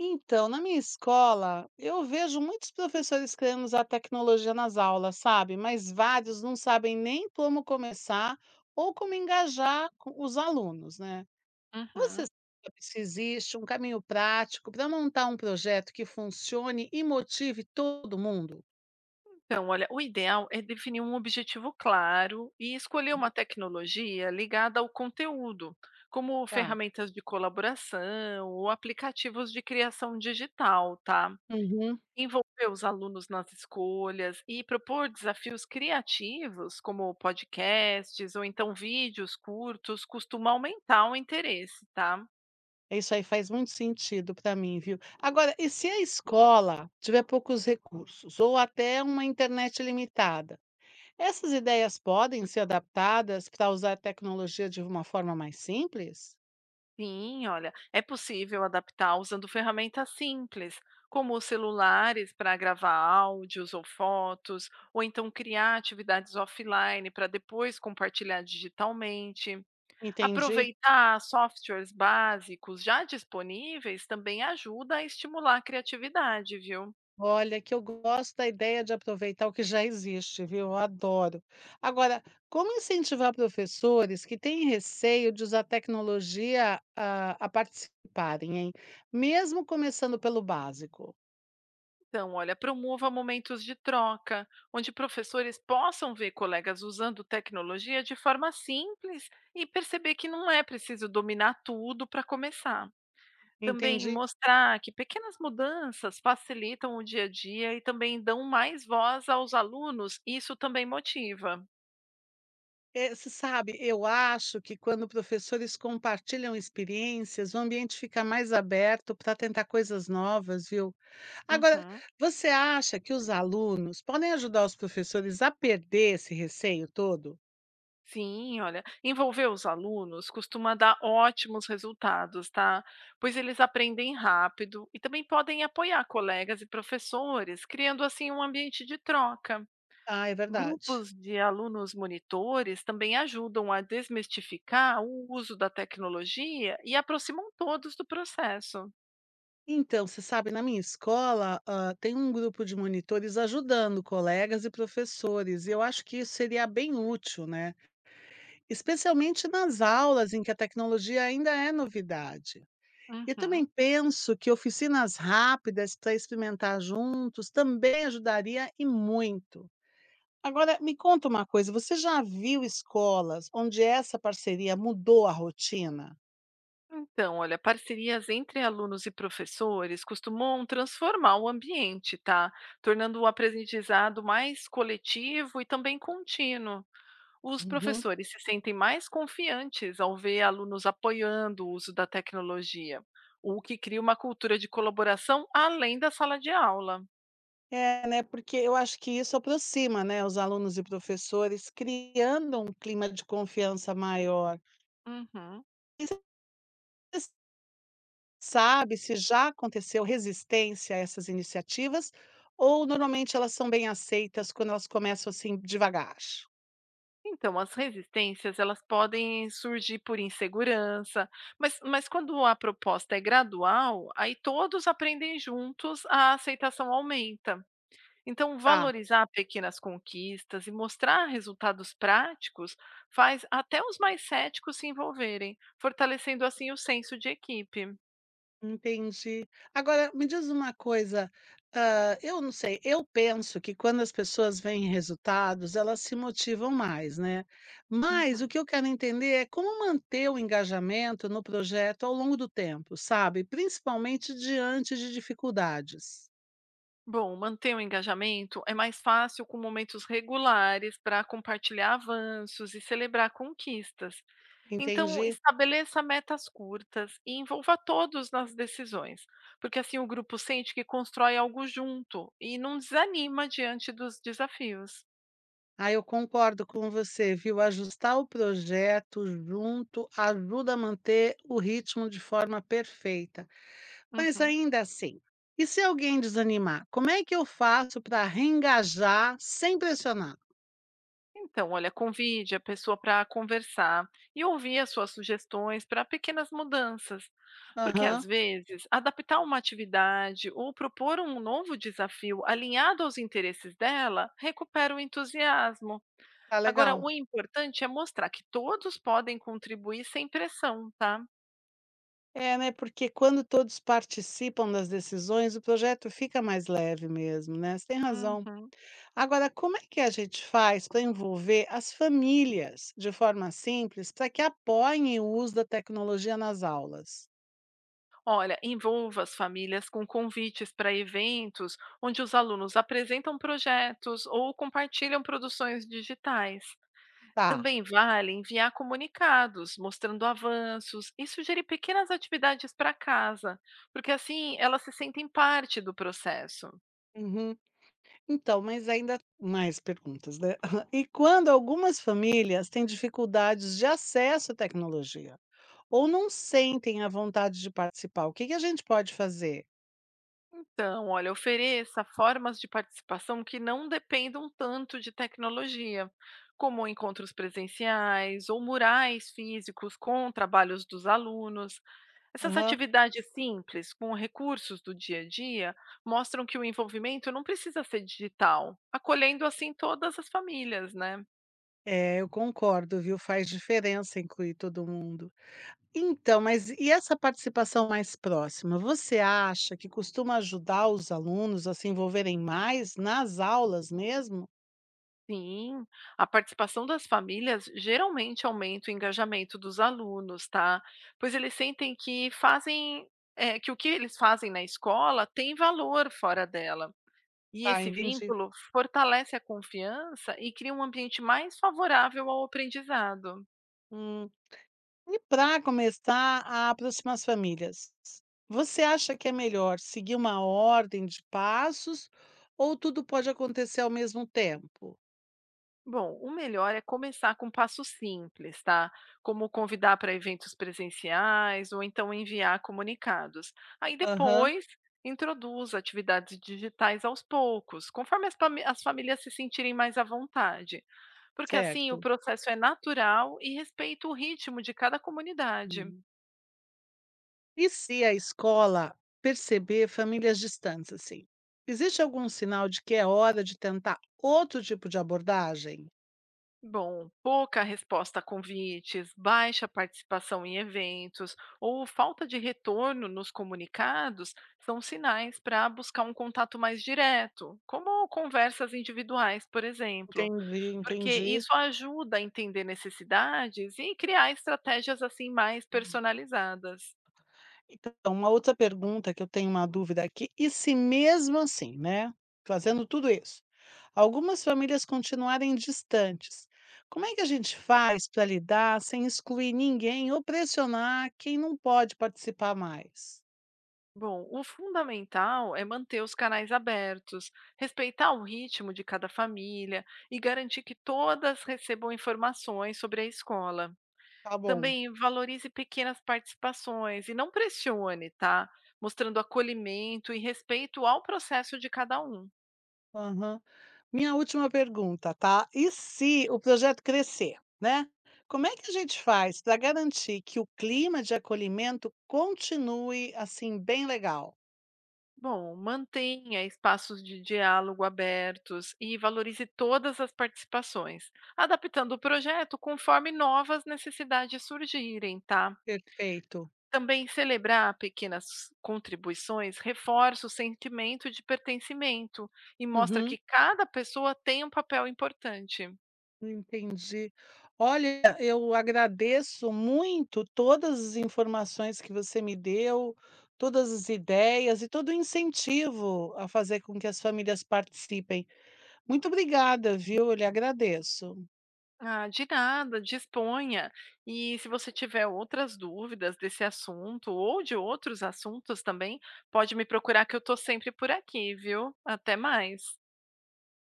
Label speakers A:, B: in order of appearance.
A: Então, na minha escola, eu vejo muitos professores querendo usar tecnologia nas aulas, sabe? Mas vários não sabem nem como começar ou como engajar os alunos, né? Você
B: Uhum.
A: sabe se existe um caminho prático para montar um projeto que funcione e motive todo mundo?
B: Então, olha, o ideal é definir um objetivo claro e escolher uma tecnologia ligada ao conteúdo, como
A: Tá.
B: ferramentas de colaboração ou aplicativos de criação digital, tá?
A: Uhum.
B: Envolver os alunos nas escolhas e propor desafios criativos, como podcasts ou então vídeos curtos, costuma aumentar o interesse, tá?
A: Isso aí faz muito sentido para mim, viu? Agora, e se a escola tiver poucos recursos ou até uma internet limitada? Essas ideias podem ser adaptadas para usar a tecnologia de uma forma mais simples?
B: Sim, olha, é possível adaptar usando ferramentas simples, como os celulares para gravar áudios ou fotos, ou então criar atividades offline para depois compartilhar digitalmente.
A: Entendi.
B: Aproveitar softwares básicos já disponíveis também ajuda a estimular a criatividade, viu?
A: Olha, que eu gosto da ideia de aproveitar o que já existe, viu? Eu adoro. Agora, como incentivar professores que têm receio de usar tecnologia a participarem, hein? Mesmo começando pelo básico.
B: Então, olha, promova momentos de troca, onde professores possam ver colegas usando tecnologia de forma simples e perceber que não é preciso dominar tudo para começar. Também
A: Entendi.
B: mostrar que pequenas mudanças facilitam o dia a dia e também dão mais voz aos alunos, isso também motiva.
A: Você sabe, eu acho que quando professores compartilham experiências, o ambiente fica mais aberto para tentar coisas novas, viu? Agora,
B: Uhum.
A: você acha que os alunos podem ajudar os professores a perder esse receio todo?
B: Sim, olha, envolver os alunos costuma dar ótimos resultados, tá? Pois eles aprendem rápido e também podem apoiar colegas e professores, criando assim um ambiente de troca.
A: Ah, é verdade.
B: Grupos de alunos monitores também ajudam a desmistificar o uso da tecnologia e aproximam todos do processo.
A: Então, você sabe, na minha escola, ah, tem um grupo de monitores ajudando colegas e professores, e eu acho que isso seria bem útil, né? Especialmente nas aulas em que a tecnologia ainda é novidade. E também
B: Uhum.
A: penso que oficinas rápidas para experimentar juntos também ajudaria e muito. Agora, me conta uma coisa, você já viu escolas onde essa parceria mudou a rotina?
B: Então, olha, parcerias entre alunos e professores costumam transformar o ambiente, tá? Tornando o aprendizado mais coletivo e também contínuo. Os
A: Uhum.
B: professores se sentem mais confiantes ao ver alunos apoiando o uso da tecnologia, o que cria uma cultura de colaboração além da sala de aula.
A: É, né, porque eu acho que isso aproxima, né, os alunos e professores, criando um clima de confiança maior.
B: Uhum.
A: E você sabe se já aconteceu resistência a essas iniciativas ou normalmente elas são bem aceitas quando elas começam assim devagar?
B: Então, as resistências elas podem surgir por insegurança, mas quando a proposta é gradual, aí todos aprendem juntos, a aceitação aumenta. Então,
A: Tá.
B: valorizar pequenas conquistas e mostrar resultados práticos faz até os mais céticos se envolverem, fortalecendo assim o senso de equipe.
A: Entendi. Agora me diz uma coisa, eu não sei, eu penso que quando as pessoas veem resultados, elas se motivam mais, né. Mas o
B: Uhum.
A: que eu quero entender é como manter o engajamento no projeto ao longo do tempo, sabe, principalmente diante de dificuldades.
B: Bom, manter o engajamento é mais fácil com momentos regulares para compartilhar avanços e celebrar conquistas. Então,
A: Entendi.
B: estabeleça metas curtas e envolva todos nas decisões, porque assim o grupo sente que constrói algo junto e não desanima diante dos desafios.
A: Ah, eu concordo com você, viu. Ajustar o projeto junto ajuda a manter o ritmo de forma perfeita. Mas
B: Uhum.
A: ainda assim, e se alguém desanimar, como é que eu faço para reengajar sem pressionar?
B: Então, olha, convide a pessoa para conversar e ouvir as suas sugestões para pequenas mudanças, porque às
A: Aham,
B: vezes adaptar uma atividade ou propor um novo desafio alinhado aos interesses dela recupera o entusiasmo.
A: tá
B: Agora o
A: legal.
B: importante é mostrar que todos podem contribuir sem pressão, tá?
A: É, né, porque quando todos participam das decisões, o projeto fica mais leve mesmo, né? Você tem razão.
B: Uhum.
A: Agora, como é que a gente faz para envolver as famílias de forma simples para que apoiem o uso da tecnologia nas aulas?
B: Olha, envolva as famílias com convites para eventos onde os alunos apresentam projetos ou compartilham produções digitais.
A: Tá.
B: Também vale enviar comunicados mostrando avanços e sugerir pequenas atividades para casa, porque assim elas se sentem parte do processo.
A: Uhum. Então, mas ainda mais perguntas, né. E quando algumas famílias têm dificuldades de acesso à tecnologia, ou não sentem a vontade de participar, o que que a gente pode fazer?
B: Então, olha, ofereça formas de participação que não dependam tanto de tecnologia, como encontros presenciais ou murais físicos com trabalhos dos alunos. Essas
A: Aham.
B: atividades simples, com recursos do dia a dia, mostram que o envolvimento não precisa ser digital, acolhendo assim todas as famílias, né?
A: É, eu concordo, viu, faz diferença incluir todo mundo. Então, mas e essa participação mais próxima, você acha que costuma ajudar os alunos a se envolverem mais nas aulas mesmo?
B: Sim, a participação das famílias geralmente aumenta o engajamento dos alunos, tá? Pois eles sentem que fazem, que o que eles fazem na escola tem valor fora dela. E
A: Ah,
B: esse
A: entendi.
B: vínculo fortalece a confiança e cria um ambiente mais favorável ao aprendizado.
A: Hum. E para começar a aproximar as famílias, você acha que é melhor seguir uma ordem de passos ou tudo pode acontecer ao mesmo tempo?
B: Bom, o melhor é começar com passos simples, tá? Como convidar para eventos presenciais ou então enviar comunicados. Aí
A: Aham,
B: depois introduz atividades digitais aos poucos, conforme as famílias se sentirem mais à vontade, porque assim o
A: certo.
B: processo é natural e respeita o ritmo de cada comunidade.
A: Hum. E se a escola perceber famílias distantes assim? Existe algum sinal de que é hora de tentar outro tipo de abordagem?
B: Bom, pouca resposta a convites, baixa participação em eventos ou falta de retorno nos comunicados são sinais para buscar um contato mais direto, como conversas individuais, por exemplo,
A: Entendi,
B: porque
A: entendi.
B: isso ajuda a entender necessidades e criar estratégias assim mais personalizadas.
A: Então, uma outra pergunta que eu tenho uma dúvida aqui, e se mesmo assim, né, fazendo tudo isso, algumas famílias continuarem distantes, como é que a gente faz para lidar sem excluir ninguém ou pressionar quem não pode participar mais?
B: Bom, o fundamental é manter os canais abertos, respeitar o ritmo de cada família e garantir que todas recebam informações sobre a escola.
A: Tá bom.
B: Também valorize pequenas participações e não pressione, tá? Mostrando acolhimento e respeito ao processo de cada um.
A: Aham. Minha última pergunta, tá? E se o projeto crescer, né? Como é que a gente faz para garantir que o clima de acolhimento continue assim bem legal?
B: Bom, mantenha espaços de diálogo abertos e valorize todas as participações, adaptando o projeto conforme novas necessidades surgirem, tá?
A: Perfeito.
B: Também celebrar pequenas contribuições reforça o sentimento de pertencimento e mostra que
A: Uhum.
B: cada pessoa tem um papel importante.
A: Entendi. Olha, eu agradeço muito todas as informações que você me deu, todas as ideias e todo o incentivo a fazer com que as famílias participem. Muito obrigada, viu? Eu lhe agradeço.
B: Ah, de nada, disponha. E se você tiver outras dúvidas desse assunto ou de outros assuntos também, pode me procurar que eu estou sempre por aqui, viu? Até mais.